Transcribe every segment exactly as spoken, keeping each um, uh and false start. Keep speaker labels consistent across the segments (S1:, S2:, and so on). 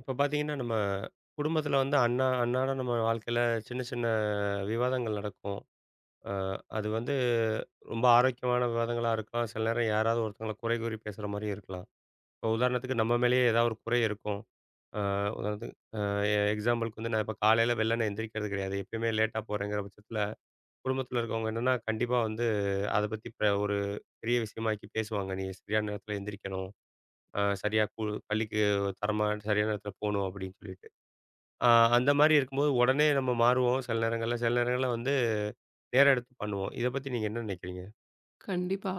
S1: இப்ப பார்த்தீங்கன்னா, நம்ம குடும்பத்தில வந்து அன்னா அன்னாடம் நம்ம வாழ்க்கையில சின்ன சின்ன விவாதங்கள் நடக்கும். அ அது வந்து ரொம்ப ஆரோக்கியமான விவாதங்களா இருக்கலாம். சில நேரம் யாராவது ஒருத்தவங்கள குறை கூறி பேசுற மாரியும் இருக்கலாம். இப்போ உதாரணத்துக்கு நம்ம மேலேயே ஏதாவது ஒரு குறை இருக்கும். அ உதாரணத்துக்கு அ எ எக்ஸாம்பிளுக்கு வந்து நான் இப்ப காலையில வெள்ளன எந்திரிக்கிறது கிடையாது. எப்பயுமே லேட்டா போறேங்கிற பட்சத்தில குடும்பத்தில இருக்கவங்க என்னன்னா, கண்டிப்பா வந்து அத பத்தி ப ஒரு பெரிய விஷயமாக்கி பேசுவாங்க. "நீ சரியான நேரத்தில எந்திரிக்கணும். அ சரியா கு பள்ளிக்கு தரமா சரியான நேரத்தில போணும்." அப்படின்னு சொல்லிட்டு. ஆ அந்த மாரி இருக்கும்போது உடனே நம்ம மாறுவோம் சில நேரங்கள்ல. சில நேரங்கள்ல வந்து நேரம் எடுத்து பண்ணுவோம். இத பத்தி நீங்க என்ன நினைக்கிறீங்க?
S2: கண்டிப்பா.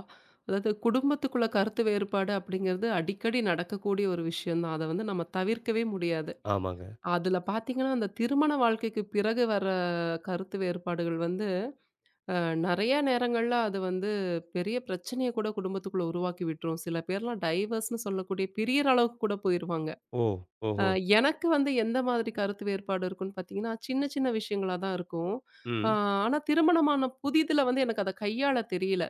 S2: அதாவது குடும்பத்துக்குள்ள கருத்து வேறுபாடு அப்படிங்கிறது அடிக்கடி நடக்கக்கூடிய ஒரு விஷயம் தான். அத வந்து நம்ம தவிர்க்கவே முடியாது.
S1: ஆமாங்க.
S2: அதுல பார்த்தீங்கன்னா, அந்த திருமண வாழ்க்கைக்கு பிறகு வர கருத்து வேறுபாடுகள் வந்து அ நெறைய நேரங்கள்ல அது வந்து பெரிய பிரச்சனைய கூட குடும்பத்துக்குள்ள உருவாக்கி விட்டுரும். சில பேர்லாம் டைவர்ஸ்ன்னு சொல்லக்கூடிய பிரியற அளவுக்கு கூட போயிருவாங்க.
S1: ஓ!
S2: அ
S1: ஓஹோ!
S2: எனக்கு வந்து எந்த மாதிரி கருத்து வேறுபாடு இருக்குன்னு பார்த்தீங்கன்னா, சின்ன சின்ன விஷயங்களா தான் இருக்கும். அ
S1: ம்.
S2: ஆனா திருமணமான புதிதுல வந்து எனக்கு அத கையாள தெரியல.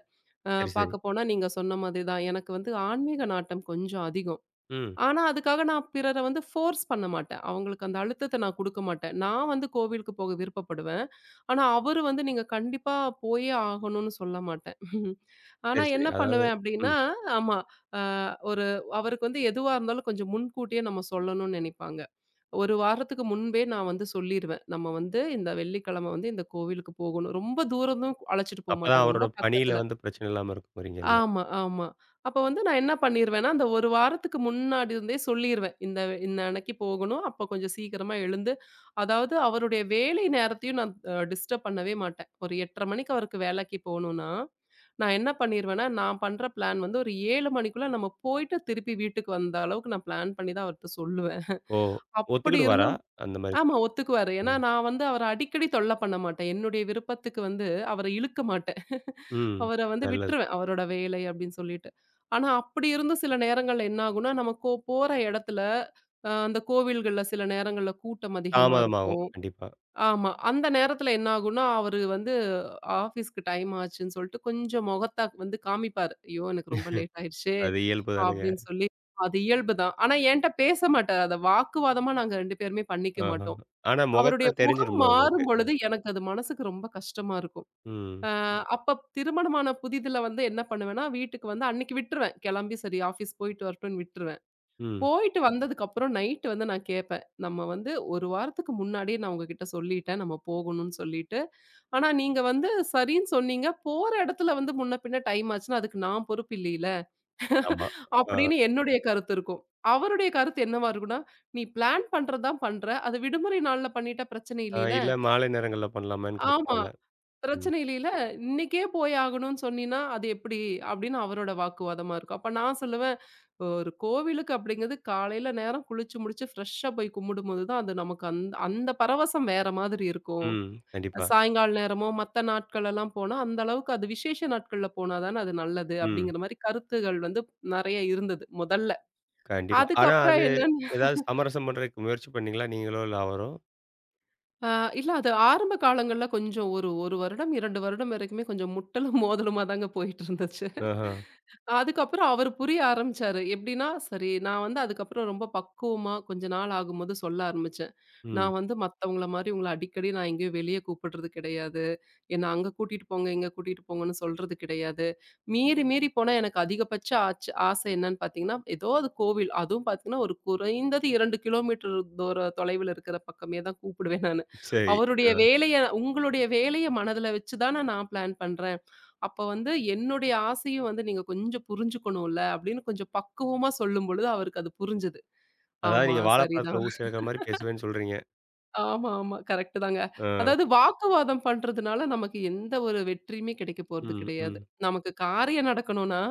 S2: அ
S1: சரி, சரி.
S2: பார்க்க போனா நீங்க சொன்ன மாதிரி தான். எனக்கு வந்து ஆன்மீக நாட்டம் கொஞ்சம் அதிகம்.
S1: ம்.
S2: ஆனா, அதுக்காக நான் பிறர வந்து ஃபோர்ஸ் பண்ண மாட்டேன். அவங்களுக்கு அந்த அழுத்தத்த நான் குடுக்க மாட்டேன். நான் வந்து கோவிலுக்கு போக விருப்பப்படுவேன். ஆனா, அவரு வந்து நீங்க கண்டிப்பா போயே ஆகணும்னு சொல்ல மாட்டேன். ஆனா,
S1: சரி, சரி.
S2: என்ன
S1: அதாவது
S2: பண்ணுவேன் அப்டின்னா
S1: ம்.
S2: ஆமா. அ ஒரு அவருக்கு வந்து எதுவா இருந்தாலும் கொஞ்சம் முன்கூட்டியே நம்ம சொல்லணும்னு நெனைப்பாங்க. ஒரு வாரத்துக்கு முன்பே நான் வந்து சொல்லிருவேன். நம்ம வந்து இந்த வெள்ளிக்கிழம வந்து இந்த கோவிலுக்கு போகணும். ரொம்ப தூரம் அழைச்சிட்டு
S1: அப்பதான்
S2: போமாட்டேன்.
S1: அவரோட
S2: ரொம்ப
S1: பணியில
S2: பக்கத்துல.
S1: வந்து பிரச்சனை இல்லாம இருக்குங்கிறீங்க இல்லையா?
S2: ஆமா, ஆமா. அப்ப வந்து நான் என்ன பண்ணிருவேன்னா, அந்த ஒரு வாரத்துக்கு முன்னாடி இருந்தே சொல்லிருவேன். இந்த இந்த அன்னைக்கு போகணும். அப்ப கொஞ்சம் சீக்கிரமா எழுந்து அதாவது அவருடைய வேலை நேரத்தையும் நான் அ டிஸ்டர்ப் பண்ணவே மாட்டேன். ஒரு எட்டரை மணிக்கு அவருக்கு வேலைக்கு போணும்னா, நான் என்ன பண்ணிருவேன்னா, நான் பண்ற பிளான் வந்து ஒரு ஏழு மணிக்குள்ள நம்ம போயிட்டு திருப்பி வீட்டுக்கு வந்த அளவுக்கு நான் பிளான் பண்ணி தான் அவர்ட்ட சொல்லுவேன்.
S1: ஓ!
S2: அப்படி
S1: ஒத்துக்கிடுவாரா?
S2: இருந்தும்
S1: அந்த மாரி
S2: ஆமா.
S1: பண்ண.
S2: ஒத்துக்குவாரு. ஏன்னா,
S1: ம்.
S2: நான் வந்து அவர அடிக்கடி தொல்ல பண்ண மாட்டேன். என்னுடைய விருப்பத்துக்கு வந்து அவர இழுக்க மாட்டேன்.
S1: ம்.
S2: அவர வந்து
S1: நல்லது.
S2: விட்டுருவேன். அவரோட வேலை அப்படின்னு சொல்லிட்டு. ஆனா, அப்படி இருந்தும் சில நேரங்கள்ல என்ன ஆகும்னா, நம்ம கோ போற இடத்துல அ அந்த கோவில்கள்ல சில நேரங்கள்ல கூட்டம் அதிகமா
S1: தாமதமாகும்.
S2: இருக்கும்.
S1: கண்டிப்பா.
S2: ஆமா. அந்த நேரத்துல என்ன ஆகும்னா, அவரு வந்து ஆஃபீஸ்க்கு டைம் ஆச்சுன்னு சொல்லிட்டு கொஞ்சம் முகத்த வந்து காமிப்பாரு. "ஐயோ! எனக்கு ரொம்ப லேட் ஆயிடுச்சே"
S1: அது இயல்பு தானுங்க.
S2: அப்படின்னு சொல்லி. அது இயல்பு தான். ஆனா, என்ட்ட பேச மாட்டாரு. அத வாக்குவாதமா நாங்க ரெண்டு பேருமே பண்ணிக்க
S1: ஆஹா.
S2: மாட்டோம்.
S1: ஆனா
S2: அவருடைய
S1: முகத்துல
S2: முகம்
S1: தெரிஞ்சிரும்ல உங்களுக்கு.
S2: மாறும் பொழுது எனக்கு அது மனசுக்கு ரொம்ப கஷ்டமா இருக்கும்.
S1: ம்.
S2: அ ம். அப்ப திருமணமான புதிதில வந்து என்ன பண்ணுவேன்னா, வீட்டுக்கு வந்து அன்னைக்கு விட்டுருவேன். கெளம்பி சரி ஆஃபீஸ் போயிட்டு வரட்டும்ன்னு விட்டுருவேன்.
S1: ம்.
S2: போயிட்டு வந்ததுக்கப்புறம் நைட் வந்து நான் கேட்பேன். நம்ம வந்து ஒரு வாரத்துக்கு முன்னாடியே நான் உங்ககிட்ட சொல்லிட்டேன். நம்ம போகணும்னு சொல்லிட்டு. ஆனா நீங்க வந்து சரின்னு சொன்னீங்க. போற இடத்துல வந்து முன்ன பின்ன டைம் ஆச்சுன்னா, அதுக்கு நான் பொறுப்பு இல்லைல.
S1: ஆமா. ஆ.
S2: அப்படின்னு என்னுடைய கருத்து இருக்கும். அவருடைய கருத்து என்னவா இருக்கும்னா, "நீ பிளான் பண்றது தான் பண்ற. அது விடுமுறை நாள்ல பண்ணிட்டா பிரச்சனை
S1: ஆ
S2: இல்லைல."
S1: இல்ல மாலை நேரங்கள்ல பண்ணலாமான்னு
S2: ஆமா.
S1: கேட்பாங்கல்ல. ம்.
S2: பிரச்சனை இல்லைல. இன்னைக்கே போய் ஆகணும்னு சொன்னீன்னா, அது எப்படி? அப்படின்னு அவரோட வாக்குவாதமா இருக்கும். அப்ப நான் சொல்லுவேன், ஒரு கோவிலுக்கு அப்படிங்கிறது காலையில நேரம் குளிச்சு முடிச்சு ஃப்ரெஷ்ஷா போய் கும்பிடும்போது தான் அது நமக்கு அந்த அந்த பரவசம் வேற மாதிரி இருக்கும்.
S1: ம். கண்டிப்பா.
S2: சாயங்கால நேரமோ, மத்த நாட்கள் எல்லாம் போனா, அந்த அளவுக்கு அது விசேஷ நாட்கள்ல போனா தானே அது நல்லது
S1: ம்.
S2: அப்படிங்கிற மாரி கருத்துகள் வந்து நெறைய இருந்தது முதல்ல.
S1: கண்டிப்பா. ஆனா
S2: அதுக்கப்புறம்
S1: அது
S2: என்னன்னு
S1: ஏதாவது சமரசம் பண்றதுக்கு முயற்சி பண்ணீங்களா? நீங்களோ இல்ல அவரோ?
S2: ஆ, இல்ல அது ஆரம்ப காலங்கள்ல கொஞ்சம் ஒரு 1 வருடம், இரண்டு வருடம் வரைக்குமே கொஞ்சம் முட்டலும், மோதலுமா தாங்க போயிட்டு இருந்துச்சு.
S1: ஆஹா.
S2: அதுக்கப்புறம் அவரு புரிய ஆரம்பிச்சாரு. எப்படின்னா, சரி நான் வந்து அதுக்கப்புறம் ரொம்ப பக்குவமா கொஞ்ச நாள் ஆகும்போது சொல்ல ஆரம்பிச்சேன்.
S1: ம்.
S2: நான் வந்து மத்தவங்கள மாரி உங்கள அடிக்கடி நான் எங்கேயும் வெளிய கூப்பிடுறது கிடையாது. என்ன அங்க கூட்டிட்டு போங்க, இங்க கூட்டிட்டு போங்கன்னு சொல்றது கிடையாது. மீறி மீறி போனா எனக்கு அதிகபட்ச ஆச்சு ஆசை என்னன்னு பார்த்தீங்கன்னா, ஏதோ அது கோவில். அதுவும் பார்த்தீங்கன்னா, ஒரு குறைந்தது இரண்டு கிலோமீட்டர் தூர தொலைவில இருக்கிற பக்கமே தான் கூப்பிடுவேன் நானு.
S1: சரி.
S2: அவருடைய
S1: அ.
S2: வேலைய உங்களுடைய வேலைய மனதுல வச்சு தான நான் பிளான் பண்றேன். அப்ப வந்து என்னுடைய ஆசையும் வந்து நீங்க கொஞ்சம் புரிஞ்சுக்கணும்ல, அப்படின்னு கொஞ்சம் பக்குவமா சொல்லும் பொழுது அவருக்கு அது புரிஞ்சது.
S1: அதாவது
S2: ஆமா,
S1: நீங்க வாழைப்பழத்தில
S2: சரிதான்.
S1: ஊசி எடுக்கிற மாரி பேசுவேன்னு சொல்றீங்க.
S2: ஆமா, ஆமா. கரெக்ட் தாங்க.
S1: அ.
S2: அதாவது வாக்குவாதம் பண்றதுனால நமக்கு எந்த ஒரு வெற்றியுமே கிடைக்க போறது
S1: ம்,
S2: கிடையாது.
S1: ம்.
S2: நமக்கு காரியம் நடக்கணும்னா,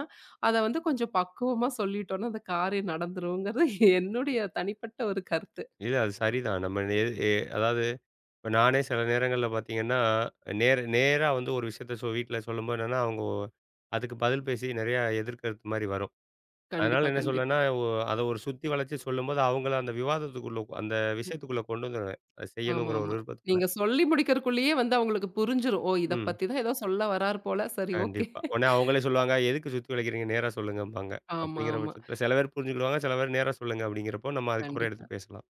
S2: அத வந்து கொஞ்சம் பக்குவமா சொல்லிட்டோம்னா, அந்த காரியம் நடந்துருங்கிறது என்னுடைய தனிப்பட்ட ஒரு கருத்து.
S1: இல்ல அது சரிதான். நம்ம எ எ அதாவது இப்ப நானே சில நேரங்கள்ல பார்த்தீங்கன்னா, நேர நேரா வந்து ஒரு விஷயத்த சொ வீட்ல சொல்லும்போது என்னன்னா, அவங்க அதுக்கு பதில் பேசி நெறையா எதிர்க்கிறது மாரி வரும்.
S2: கண்டிப்பா,
S1: அதனால என்ன சொல்வேன்னா,
S2: கண்டிப்பா.
S1: ஒ அத ஒரு சுத்தி வளைச்சு சொல்லும்போது, அவங்கள அந்த விவாதத்துக்குள்ள அந்த விஷயத்துக்குள்ள கொண்டு வந்துருவேன். அத
S2: ஆமா,
S1: செய்யணுங்கிற ஒரு
S2: ஆமா.
S1: விருப்பத்துக்குள்ள.
S2: நீங்க சொல்லி முடிக்கிறதுக்குள்ளயே வந்து அவங்களுக்கு புரிஞ்சிரும். ஓ! இத
S1: ம்.
S2: பத்தி தான் ஏதோ சொல்ல வர்றாரு போல. சரி, ஓகே.
S1: கண்டிப்பா. உடனே அவங்களே சொல்லுவாங்க, "எதுக்கு சுத்தி வளைக்கிறீங்க? நேரா சொல்லுங்கம்பாங்க."
S2: ஆமா,
S1: அப்படிங்கிற
S2: ஆமா.
S1: பட்சத்தில சில பேர் புரிஞ்சுக்கிடுவாங்க, சில பேர் நேரா சொல்லுங்க அப்படிங்கிறப்போ, நம்ம அதுக்கப்புறம்
S2: கண்டிப்பா.
S1: எடுத்து பேசலாம்.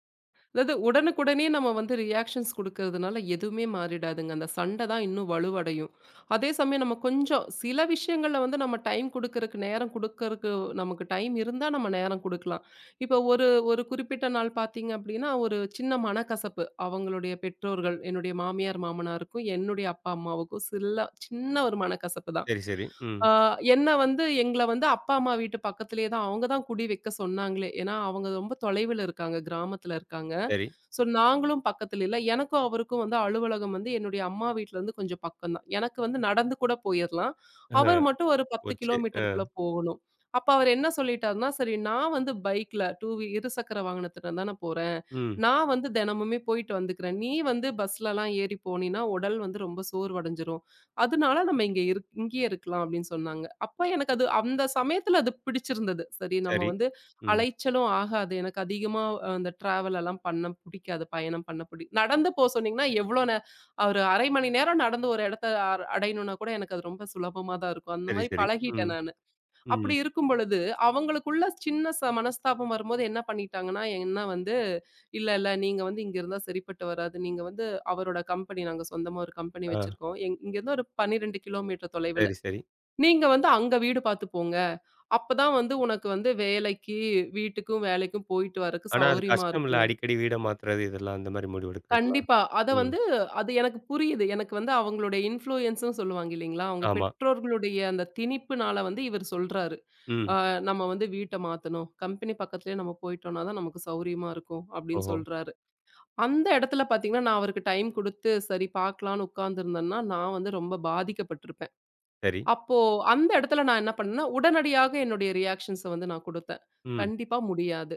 S2: அதாவது உடனுக்குடனே நம்ம வந்து ரியாக்ஷன்ஸ் குடுக்கறதுனால எதுவுமே மாறிடாதுங்க. அந்த சண்டை தான் இன்னும் வலுவடையும். அதே சமயம் நம்ம கொஞ்சம் சில விஷயங்கள்ல வந்து நம்ம டைம் குடுக்கறக்கு நேரம் குடுக்கறக்கு நமக்கு டைம் இருந்தா நம்ம நேரம் குடுக்கலாம். இப்ப ஒரு ஒரு குறிப்பிட்ட நாள் பார்த்தீங்க அப்டின்னா, ஒரு சின்ன மனக்கசப்பு அவங்களுடைய பெற்றோர்கள், என்னுடைய மாமியார், மாமனாருக்கும், என்னுடைய அப்பா, அம்மாவுக்கும் சில்ல சின்ன ஒரு மனக்கசப்பு தான்.
S1: சரி, சரி. ம்.
S2: ஆ என்ன வந்து எங்கள வந்து அப்பா, அம்மா வீட்டு பக்கத்திலேயே தான் அவங்க தான் குடி வைக்க சொன்னாங்களே! ஏன்னா அவங்க ரொம்ப தொலைவில இருக்காங்க. கிராமத்துல இருக்காங்க.
S1: சரி.
S2: ஸோ நாங்களும் பக்கத்துல இல்ல. எனக்கும் அவருக்கும் வந்து அலுவலகம் வந்து என்னுடைய அம்மா வீட்லருந்து கொஞ்சம் பக்கம் தான். எனக்கு வந்து நடந்து கூட போயிரலாம்.
S1: ஆ
S2: அவர் மட்டும் ஒரு பத்து
S1: போச்சு. ஆ.
S2: கிலோமீட்டருக்குள்ள போகணும். அப்ப அவர் என்ன சொல்லிட்டாருன்னா, சரி நான் வந்து பைக்ல டூ வீ இருசக்கர வாகனத்துல தான போறேன்.
S1: ம்.
S2: நான் வந்து தினமுமே போயிட்டு வந்துக்கிறேன். நீ வந்து பஸ்லலாம் ஏறி போனீன்னா, உடல் வந்து ரொம்ப சோர்வடைஞ்சிரும். அதனால நம்ம இங்க இருக் இங்கேயே இருக்கலாம் அப்படின்னு சொன்னாங்க. அப்ப எனக்கு அது அந்த சமயத்துல அது பிடிச்சிருந்தது. சரி நம்ம
S1: சரி.
S2: வந்து
S1: ம்.
S2: அலைச்சலும் ஆகாது. எனக்கு அதிகமா அந்த டிராவல் எல்லாம் பண்ண பிடிக்காது. பயணம் பண்ண பிடி நடந்து போ சொன்னீங்கன்னா, எவ்வளோ நே ஒரு அரை மணி நேரம் நடந்து ஒரு இடத்த அ அடையணும்னா கூட எனக்கு அது ரொம்ப சுலபமா தான் இருக்கும். அந்த
S1: சரி,
S2: மாரி
S1: சரி. ம்.
S2: பழகிட்டேன் நானு.
S1: ம்.
S2: அப்படி இருக்கும் பொழுது, அவங்களுக்குள்ள சின்ன ச மனஸ்தாபம் வரும்போது என்ன பண்ணிட்டாங்கன்னா, என்ன வந்து "இல்ல, இல்ல நீங்க வந்து இங்க இருந்தா சரிப்பட்டு வராது. நீங்க வந்து அவரோட கம்பெனி நாங்க சொந்தமா ஒரு கம்பெனி
S1: ஆ.
S2: வச்சிருக்கோம். எங் இங்கருந்து ஒரு பன்னிரண்டு கிலோமீட்டர் தொலைவில.
S1: சரி, சரி.
S2: நீங்க வந்து அங்க வீடு பார்த்து போங்க. அப்பதான் வந்து உனக்கு வந்து வேலைக்கு, வீட்டுக்கும் வேலைக்கும் போயிட்டு வரக்கு
S1: ஆனா அது
S2: சௌரியமா
S1: கஷ்டம் இல்ல.
S2: இருக்கும்."
S1: அடிக்கடி வீட மாத்துறது இதெல்லாம், அந்த மாரி முடிவு எடுக்கிறதெல்லாம்.
S2: கண்டிப்பா. அத
S1: ம்.
S2: வந்து அது எனக்கு புரியுது. எனக்கு வந்து அவங்களுடைய இன்ஃப்ளூயன்ஸ்ன்னு சொல்லுவாங்க இல்லைங்களா? அவங்க
S1: ஆமா.
S2: பெற்றோர்களுடைய அந்த திணிப்புனால வந்து இவர் சொல்றாரு. ஆ,
S1: ம்.
S2: நம்ம வந்து வீட்ட மாத்தணும். கம்பெனி பக்கத்துலயே நம்ம போயிட்டோம்னா தான் நமக்கு சௌரியமா இருக்கும் அப்டின்னு
S1: ஓஹோ!
S2: சொல்றாரு. அந்த இடத்துல பார்த்தீங்கன்னா, நான் அவருக்கு டைம் குடுத்து சரி பார்க்கலான்னு உட்கார்ந்திருந்தேன்னா, நான் வந்து ரொம்ப பாதிக்கப்பட்டிருப்பேன்.
S1: சரி.
S2: அப்போ அந்த இடத்துல நான் என்ன பண்ணேன்னா, உடனடியாக என்னுடைய ரியாக்ஷன்ஸ வந்து நான் குடுத்தேன்.
S1: ம்.
S2: கண்டிப்பா முடியாது.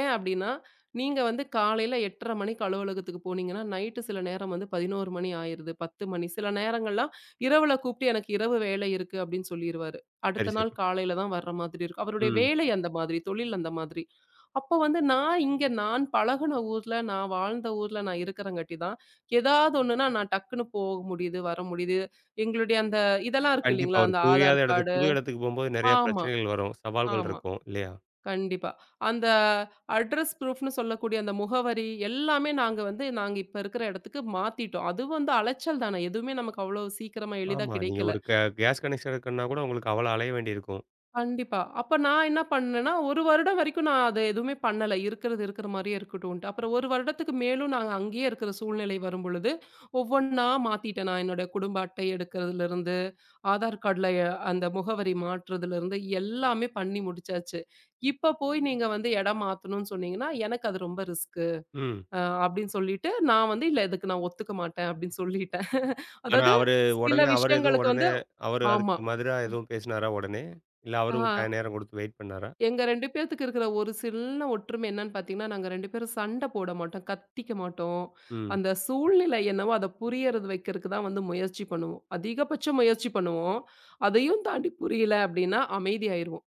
S2: ஏன் அப்டின்னா, நீங்க வந்து காலையில எட்டரை மணிக்கு அலுவலகத்துக்கு போனீங்கன்னா, நைட்டு சில நேரம் வந்து பதினொன்று மணி ஆயிருது, பத்து மணி. சில நேரங்கள்லாம் இரவுல கூப்ட்டு எனக்கு இரவு வேலை இருக்கு அப்டின்னு சொல்லிருவாரு.
S1: சரி,
S2: அடுத்த நாள்
S1: சரி.
S2: காலையில தான் வர்ற மாதிரி இருக்கும். அவருடைய
S1: ம்.
S2: வேலை அந்த மாதிரி, தொழில் அந்த மாதிரி. அப்போ வந்து நான் இங்க நான் பழகுன ஊர்ல, நான் வாழ்ந்த ஊர்ல நான் இருக்கிறங்காட்டி தான், ஏதாவது ஒண்ணுன்னா நான் டக்குனு போக முடியுது, வர முடியுது. எங்களுடைய அந்த இதெல்லாம் இருக்கு
S1: கண்டிப்பா.
S2: இல்லீங்களா?
S1: ஒரு
S2: அந்த
S1: புரியாத
S2: ஆதார்
S1: இடத்துக்கு
S2: கார்டு
S1: புது இடத்துக்கு போம்போது நெறைய
S2: ஆமா,
S1: பிரச்சனைகள் வரும். சவால்கள்
S2: ஆமா.
S1: இருக்கும். இல்லையா?
S2: கண்டிப்பா. அந்த அட்ரஸ் ப்ரூஃப்ன்னு சொல்லக்கூடிய அந்த முகவரி எல்லாமே நாங்க வந்து நாங்க இப்ப இருக்கிற இடத்துக்கு மாத்திட்டோம். அது வந்து அலைச்சல் தானே. எதுவுமே நமக்கு அவ்வளோ சீக்கிரமா எளிதா
S1: ஆமா. நீங்க
S2: கிடைக்கல.
S1: ஒரு க கேஸ் கனெக்ஷன் இருக்குன்னா கூட உங்களுக்கு அவ்வளோ அலைய வேண்டியிருக்கும்.
S2: கண்டிப்பா. அப்ப நான் என்ன பண்ணேன்னா, ஒரு வருடம் வரைக்கும் நான் அத எதுவுமே பண்ணல. இருக்கிறது இருக்கிற மாரியே இருக்கட்டும்ன்ட்டு. அப்புறம் ஒரு வருடத்துக்கு மேலும் நாங்க அங்கேயே இருக்கிற சூழ்நிலை வரும்பொழுது, ஒவ்வொன்னா மாத்திட்டேன் நான் என்னோட குடும்ப அட்டை எடுக்கிறதுலருந்து ஆதார் கார்டுல எ அந்த முகவரி மாற்றுறதுலருந்து எல்லாமே பண்ணி முடிச்சாச்சு. இப்ப போய் நீங்க வந்து இடம் மாத்தணும்னு சொன்னீங்கன்னா, எனக்கு அது ரொம்ப ரிஸ்க்கு.
S1: ம்.
S2: அ அப்டின்னு சொல்லிட்டு, நான் வந்து இல்ல இதுக்கு நான் ஒத்துக்க மாட்டேன் அப்டின்னு சொல்லிட்டேன்.
S1: ஆனா
S2: அதாவது
S1: அவரு
S2: சில
S1: உடனே அவரு எதுவும்
S2: விஷயங்களுக்கு
S1: உடனே
S2: வந்து
S1: அவரு
S2: ஆமா.
S1: அதுக்கு மதுரா எதுவும் பேசினாரா உடனே? இல்ல
S2: ஆ
S1: அவரும் டை நேரம் கொடுத்து வெயிட் பண்ணாரா?
S2: எங்க ரெண்டு பேத்துக்கு இருக்கிற ஒரு சின்ன ஒற்றுமை என்னன்னு பார்த்தீங்கன்னா, நாங்க ரெண்டு பேரும் சண்ட போட மாட்டோம், கத்திக்க மாட்டோம்.
S1: ம்.
S2: அந்த சூழ்நிலை என்னவோ அத புரியறது வைக்கிறக்கு தான் வந்து முயற்சி பண்ணுவோம். அதிகபட்ச முயற்சி பண்ணுவோம். அதையும் தாண்டி புரியல அப்டின்னா அமைதியாயிருவோம்.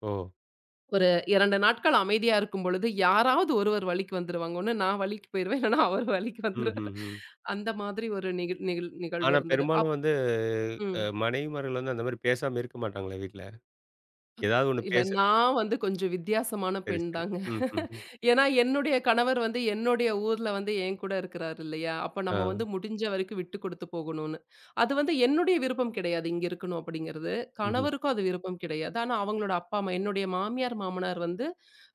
S1: ஓ!
S2: ஒரு இரண்டு நாட்கள் அமைதியா இருக்கும் பொழுது, யாராவது ஒருவர் வழிக்கு வந்துருவாங்க. ஒண்ணு நான் வழிக்கு போயிருவேன். இல்லன்னா அவர் வழிக்கு
S1: ம், ம்,
S2: வந்துருவாரு.
S1: ம்.
S2: அந்த மாதிரி ஒரு நிகழ் நிகழ் நிகழ்வு
S1: ஆனா
S2: இருந்தது.
S1: பெரும்பாலும்
S2: அப்
S1: வந்து அ
S2: ம்.
S1: மனைவிமார்கள் வந்து அந்த மாரி பேசாம இருக்க மாட்டாங்களே வீட்ல. ஏதாவது ஒண்ணு
S2: இல்ல
S1: பேசு
S2: நான் வந்து கொஞ்சம் வித்தியாசமான
S1: சரி,
S2: பெண்
S1: சரி.
S2: தாங்க.
S1: ம், ம், ம்.
S2: ஏன்னா, என்னுடைய கணவர் வந்து என்னுடைய ஊர்ல வந்து என் கூட இருக்கிறாரு இல்லையா? அப்ப
S1: ஆ.
S2: நம்ம வந்து முடிஞ்ச வரைக்கும் விட்டு குடுத்து போகணும்னு. அது வந்து என்னுடைய விருப்பம் கிடையாது, இங்க இருக்கணும் அப்படிங்கிறது.
S1: ம்ஹ்ம்.
S2: கணவருக்கும் அது விருப்பம் கிடையாது. ஆனா, அவங்களோட அப்பா, அம்மா என்னுடைய மாமியார், மாமனார் வந்து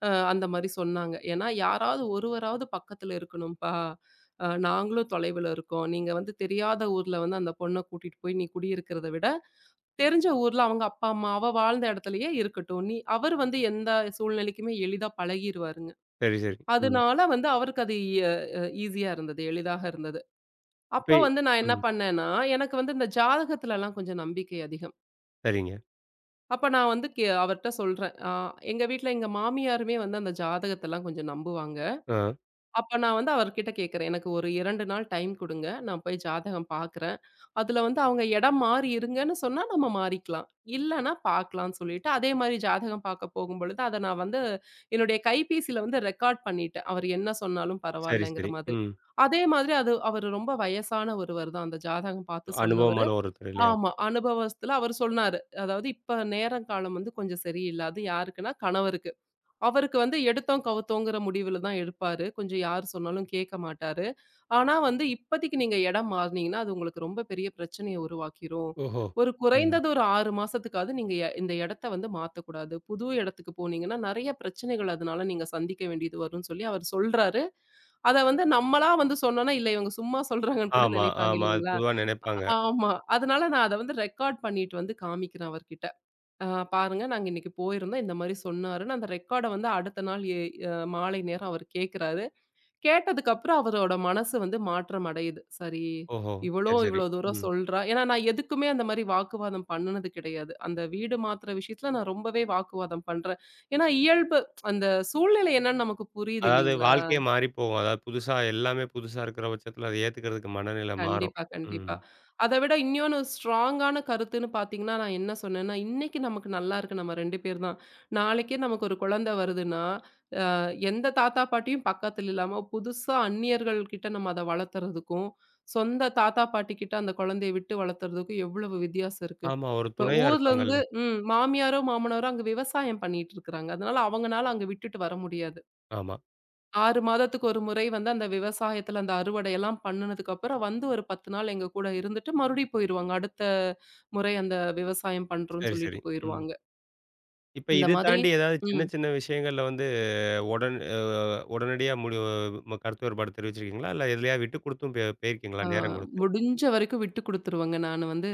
S2: அ அந்த மாரி சொன்னாங்க. ஏன்னா, "யாராவது ஒருவராவது பக்கத்துல இருக்கணும்ப்பா. அ நாங்களும் தொலைவுல இருக்கோம். நீங்க வந்து தெரியாத ஊர்ல வந்து அந்த பொண்ண கூட்டிட்டு போய் நீ குடியிருக்கிறத விட, தெரிஞ்ச ஊர்ல அவங்க அப்பா, அம்மா அவ வாழ்ந்த இடத்துலயே இருக்கட்டும். நீ அவரு வந்து எந்த சூழ்நிலைக்குமே எளிதா பழகிருவாருங்க."
S1: சரி, சரி. ம்.
S2: அதனால வந்து அவருக்கு அது எ அ ஈஸியா இருந்தது. எளிதாக இருந்தது.
S1: இப்ப
S2: அப்ப வந்து நான் என்ன
S1: ம்.
S2: பண்ணேன்னா, எனக்கு வந்து இந்த ஜாதகத்துலலாம் கொஞ்சம் நம்பிக்கை அதிகம்.
S1: சரிங்க.
S2: அப்ப நான் வந்து கே அவர்ட்ட சொல்றேன். அ எங்க வீட்ல எங்க மாமியாருமே வந்து அந்த ஜாதகத்தலாம் கொஞ்சம் நம்புவாங்க.
S1: ஆ.
S2: அப்ப நான் வந்து அவர்கிட்ட கேட்கிறேன். "எனக்கு ஒரு இரண்டு நாள் டைம் குடுங்க. நான் போய் ஜாதகம் பார்க்குறேன். அதுல வந்து அவங்க இடம் மாறி இருங்கன்னு சொன்னா நம்ம மாறிக்கலாம். இல்லன்னா பார்க்கலாம்ன்னு" சொல்லிட்டு, அதே மாரி ஜாதகம் பார்க்க போகும்பொழுது, அத நான் வந்து என்னுடைய கைபேசியில வந்து ரெக்கார்ட் பண்ணிட்டேன். அவரு என்ன சொன்னாலும்
S1: சரி,
S2: பரவாயில்லங்கிற
S1: சரி.
S2: மாதிரி.
S1: ம்.
S2: அதே மாதிரி அது அவரு ரொம்ப வயசான ஒருவர் தான். அந்த ஜாதகம் பார்த்து சொன்னவரு.
S1: அனுபவமான ஒருத்தர் இல்லையா?
S2: ஆமா. அனுபவஸ்த்துல அவரு சொன்னாரு. அதாவது இப்ப நேரம் காலம் வந்து கொஞ்சம் சரியில்ல. அது யாருக்குன்னா கணவருக்கு. அவருக்கு வந்து எடுத்தோம், கவுத்தோங்கிற முடிவுல தான் எடுப்பாரு. கொஞ்சம் யார் சொன்னாலும் கேட்க மாட்டாரு. ஆனா வந்து இப்போதைக்கு நீங்க இடம் மாறுனீங்கன்னா, அது உங்களுக்கு ரொம்ப பெரிய பிரச்சனைய உருவாக்கிரும்.
S1: ஓஹோ!
S2: ஒரு
S1: ம்.
S2: குறைந்தது ஒரு ஆறு மாசத்துக்காவது நீங்க எ இந்த இடத்த வந்து மாத்தக்கூடாது. புது இடத்துக்கு போனீங்கன்னா, நெறைய பிரச்சனைகள் அதனால நீங்க சந்திக்க வேண்டியது வரும்ன்னு சொல்லி அவர் சொல்றாரு. அத வந்து நம்மளா வந்து சொன்னோம்னா, இல்ல இவங்க சும்மா சொல்றாங்கன்னு கூட
S1: ஆமா,
S2: நினைப்பாங்க
S1: ஆமா. அது
S2: இல்லைங்களா?
S1: பொதுவா நினைப்பாங்க.
S2: ஆமா. அதனால நான் அத வந்து ரெக்கார்ட் பண்ணிட்டு வந்து காமிக்கிறேன் அவர்கிட்ட. அ பாருங்க நாங்க இன்னைக்கு போயிருந்தோம். இந்த மாரி சொன்னாருன்னு அந்த ரெக்கார்ட வந்து அடுத்த நாள் எ அ மாலை நேரம் அவர் கேட்கிறாரு. கேட்டதுக்கப்புறம் அவரோட மனசு வந்து மாற்றம் அடையுது. சரி
S1: ஓஹோ! சரி,
S2: இவளும்
S1: சரி.
S2: இவ்வளோ தூரம்
S1: ம்.
S2: சொல்றா. ஏன்னா நான் எதுக்குமே அந்த மாரி வாக்குவாதம் பண்ணுனது கிடையாது. அந்த வீடு மாத்துற விஷயத்துல நான் ரொம்பவே வாக்குவாதம் பண்றேன். ஏன்னா இயல்பு அந்த சூழ்நிலை என்னன்னு நமக்கு புரியுது
S1: அதாவது
S2: இல்லைங்களா?
S1: வாழ்க்கையே மாறி போகும். அதாவது புதுசா எல்லாமே புதுசா இருக்கிற பட்சத்தில அத ஏத்துக்கிறதுக்கு மனநிலை மாறும்.
S2: கண்டிப்பா,
S1: ம்.
S2: கண்டிப்பா. அத விட இன்னொன்னு ஸ்ட்ராங்கான கருத்துன்னு பார்த்தீங்கன்னா, நான் என்ன சொன்னேன்னா, இன்னைக்கு நமக்கு நல்லா இருக்கு நம்ம ரெண்டு பேர் தான். நாளைக்கே நமக்கு ஒரு குழந்தை வருதுன்னா, எந்த தாத்தா பாட்டியும் பக்கத்துல இல்லாம, புதுசா அந்நியர்கள் கிட்ட நம்ம அத வளர்த்துறதுக்கும், சொந்த தாத்தா பாட்டி கிட்ட அந்த குழந்தைய விட்டு வளர்த்துறதுக்கும் எவ்வளவு வித்தியாசம் இருக்கு.
S1: ஆமா, ஒரு
S2: இப்ப
S1: துணையா
S2: ஊர்ல
S1: இருப்பாங்கல்ல.
S2: இருந்து ம் மாமியாரோ, மாமனாரோ அங்க விவசாயம் பண்ணிட்டு இருக்கிறாங்க. அதனால அவங்கனால அங்க விட்டுட்டு வர முடியாது.
S1: ஆமா.
S2: ஆறு மாதத்துக்கு ஒரு முறை வந்து அந்த விவசாயத்துல அந்த அறுவடையெல்லாம் பண்ணுனதுக்கு அப்புறம் வந்து ஒரு பத்து நாள் எங்க கூட இருந்துட்டு மறுபடியும் போயிருவாங்க. அடுத்த முறை அந்த விவசாயம் பண்றோம்ன்னு
S1: சரி, சரி.
S2: சொல்லிட்டு
S1: ம்.
S2: போயிருவாங்க.
S1: இப்ப
S2: இந்த
S1: இது
S2: மாதிரி
S1: தாண்டி ஏதாவது சின்ன
S2: ம்.
S1: சின்ன விஷயங்கள்ல வந்து உடன் அ உடனடியா முடி கருத்து வேறுபாடு தெரிவிச்சிருக்கீங்களா? இல்ல எதுலயா விட்டு குடுத்தும் பே போயிருக்கீங்களா
S2: ஆ
S1: நேரம் குடுத்து?
S2: முடிஞ்ச வரைக்கும் விட்டு குடுத்துருவேங்க. நானு வந்து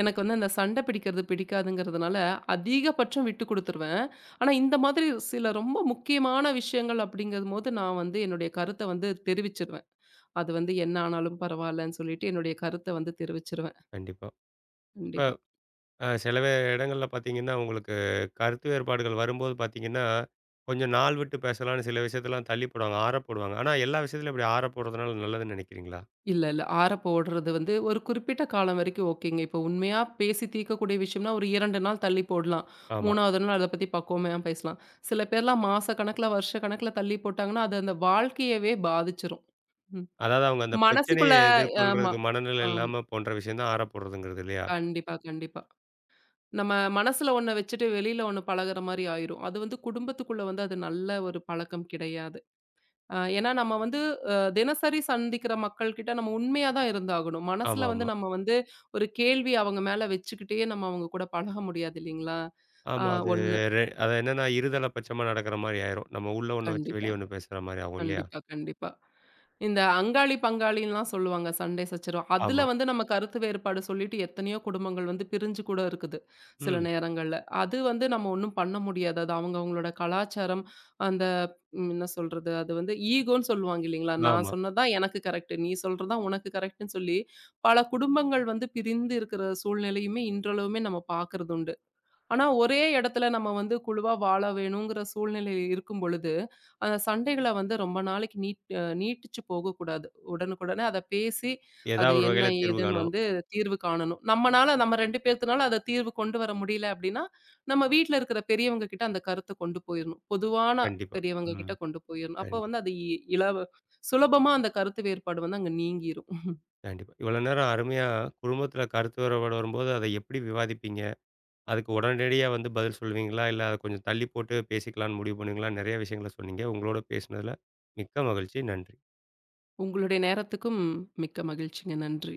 S2: எனக்கு வந்து அந்த சண்டை பிடிக்கிறது பிடிக்காதுங்கிறதுனால, அதிகபட்சம் விட்டு குடுத்துருவேன். ஆனா, இந்த மாதிரி சில ரொம்ப முக்கியமான விஷயங்கள் அப்படிங்கும்போது, நான் வந்து என்னுடைய கருத்த வந்து தெரிவிச்சுருவேன். அது வந்து என்ன ஆனாலும் பரவாயில்லன்னு சொல்லிட்டு, என்னுடைய கருத்த வந்து தெரிவிச்சுருவேன்.
S1: கண்டிப்பா. இப்ப
S2: கண்டிப்பா.
S1: அ சில வே இடங்கள்ல பார்த்தீங்கன்னா, உங்களுக்கு கருத்து வேறுபாடுகள் வரும்போது பார்த்தீங்கன்னா, கொஞ்சம் நாள் விட்டு பேசலான்னு சில விஷயத்தலாம் தள்ளி போடுவாங்க. ஆற போடுவாங்க. ஆனா எல்லா விஷயத்துலயும் இப்படி ஆற போடுறதுனால நல்லதுன்னு நினைக்கிறீங்களா?
S2: இல்ல, இல்ல. ஆற போடுறது வந்து ஒரு குறிப்பிட்ட காலம் வரைக்கும் ஓகேங்க. இப்போ உண்மையா பேசி தீர்க்கக்கூடிய விஷயம்னா, ஒரு இரண்டு நாள் தள்ளி போடலாம்.
S1: ஆமா.
S2: மூன்றாவது நாள் அத பத்தி பக்குவமையா பேசலாம். சில பேர்லாம் மாச கணக்குல, வருஷ கணக்குல தள்ளி போட்டாங்கன்னா, அது அந்த வாழ்க்கையவே பாதிச்சுரும். ம்.
S1: அதாவது அவங்க அந்த பிரச்சனைய
S2: மனசுக்குள்ள ஆமா,
S1: எதிர்கொள்றதுக்கு மனநிலை
S2: ஆமா.
S1: இல்லாம போன்ற விஷயம் தான் ஆற போடுறதுங்கிறது இல்லையா?
S2: கண்டிப்பா, கண்டிப்பா. நம்ம மனசுல ஒண்ண வச்சுட்டு வெளியில ஒண்ணு பழகுற மாரி ஆயிரும். அது வந்து குடும்பத்துக்குள்ள வந்து அது நல்ல ஒரு பழக்கம் கிடையாது. அ ஏன்னா நம்ம வந்து அ தினசரி சந்திக்கிற மக்கள்கிட்ட நம்ம உண்மையா தான் இருந்தாகணும். மனசுல வந்து
S1: ஆமாமா.
S2: நம்ம வந்து ஒரு கேள்வி அவங்க மேல வச்சுக்கிட்டே நம்ம அவங்க கூட பழக முடியாது இல்லைங்களா? ஆ
S1: ஆமா. அது
S2: ஒண்ணு.
S1: ரெ அது என்னன்னா இருதலைப்பட்சமா நடக்கிற மாரி ஆயிரும். நம்ம உள்ள ஒண்ணு வச்சு
S2: கண்டிப்பா,
S1: வெளிய ஒண்ணு பேசுற மாரி ஆகும் இல்லையா?
S2: கண்டிப்பா, கண்டிப்பா. இந்த அங்காளி பங்காளின்லாம் சொல்லுவாங்க சண்டை சச்சரவு. அதுல
S1: ஆமா.
S2: வந்து நம்ம கருத்து வேறுபாடு சொல்லிட்டு எத்தனையோ குடும்பங்கள் வந்து பிரிஞ்சு கூட இருக்குது. சில
S1: ம்.
S2: நேரங்கள்ல. அது வந்து நம்ம ஒண்ணும் பண்ண முடியாது. அது அவங்க அவங்களோட கலாச்சாரம், அந்த ம் என்ன சொல்றது? அது வந்து ஈகோன்னு சொல்லுவாங்க இல்லீங்களா? நான்
S1: ஆமா.
S2: சொன்னது தான் எனக்கு கரெக்ட். நீ சொல்றது தான் உனக்கு கரெக்ட்ன்னு சொல்லி, பல குடும்பங்கள் வந்து பிரிந்து இருக்கிற சூழ்நிலையுமே இன்றளவுமே நம்ம பார்க்கறது உண்டு. ஆனா, ஒரே இடத்துல நம்ம வந்து குழுவா வாழ வேணுங்கிற சூழ்நிலை இருக்கும் பொழுது, அந்த சண்டைகள வந்து ரொம்ப நாளைக்கு நீட் அ நீட்டிச்சு போகக்கூடாது. உடனுக்குடனே அத பேசி, அது
S1: ஏதாவது ஒரு வகையில
S2: என்ன
S1: தீர்வு
S2: ஏதுன்னு
S1: காணணும்.
S2: வந்து தீர்வு காணணும். நம்மனால நம்ம ரெண்டு பேத்துனால அத தீர்வு கொண்டு வர முடியல அப்டின்னா, நம்ம வீட்ல இருக்கிற பெரியவங்க கிட்ட அந்த கருத்த கொண்டு போயிரணும். பொதுவான
S1: கண்டிப்பா.
S2: பெரியவங்க
S1: ம்.
S2: கிட்ட கொண்டு போயிரணும். அப்ப
S1: கண்டிப்பா.
S2: வந்து அது இ இலவ சுலபமா அந்த கருத்து வேறுபாடு வந்து அங்க நீங்கிரும்.
S1: கண்டிப்பா. இவ்வளோ நேரம் அருமையா குடும்பத்தில கருத்து வேறுபாடு வரும்போது, அத எப்படி விவாதிப்பீங்க? அதுக்கு உடனடியா வந்து பதில் சொல்லுவீங்களா? இல்ல அத கொஞ்சம் தள்ளி போட்டு பேசிக்கலான்னு முடிவு பண்ணுவீங்களா? நெறைய விஷயங்கள சொன்னீங்க. உங்களோட பேசினதுல மிக்க மகிழ்ச்சி. நன்றி.
S2: உங்களுடைய நேரத்துக்கும் மிக்க மகிழ்ச்சிங்க. நன்றி.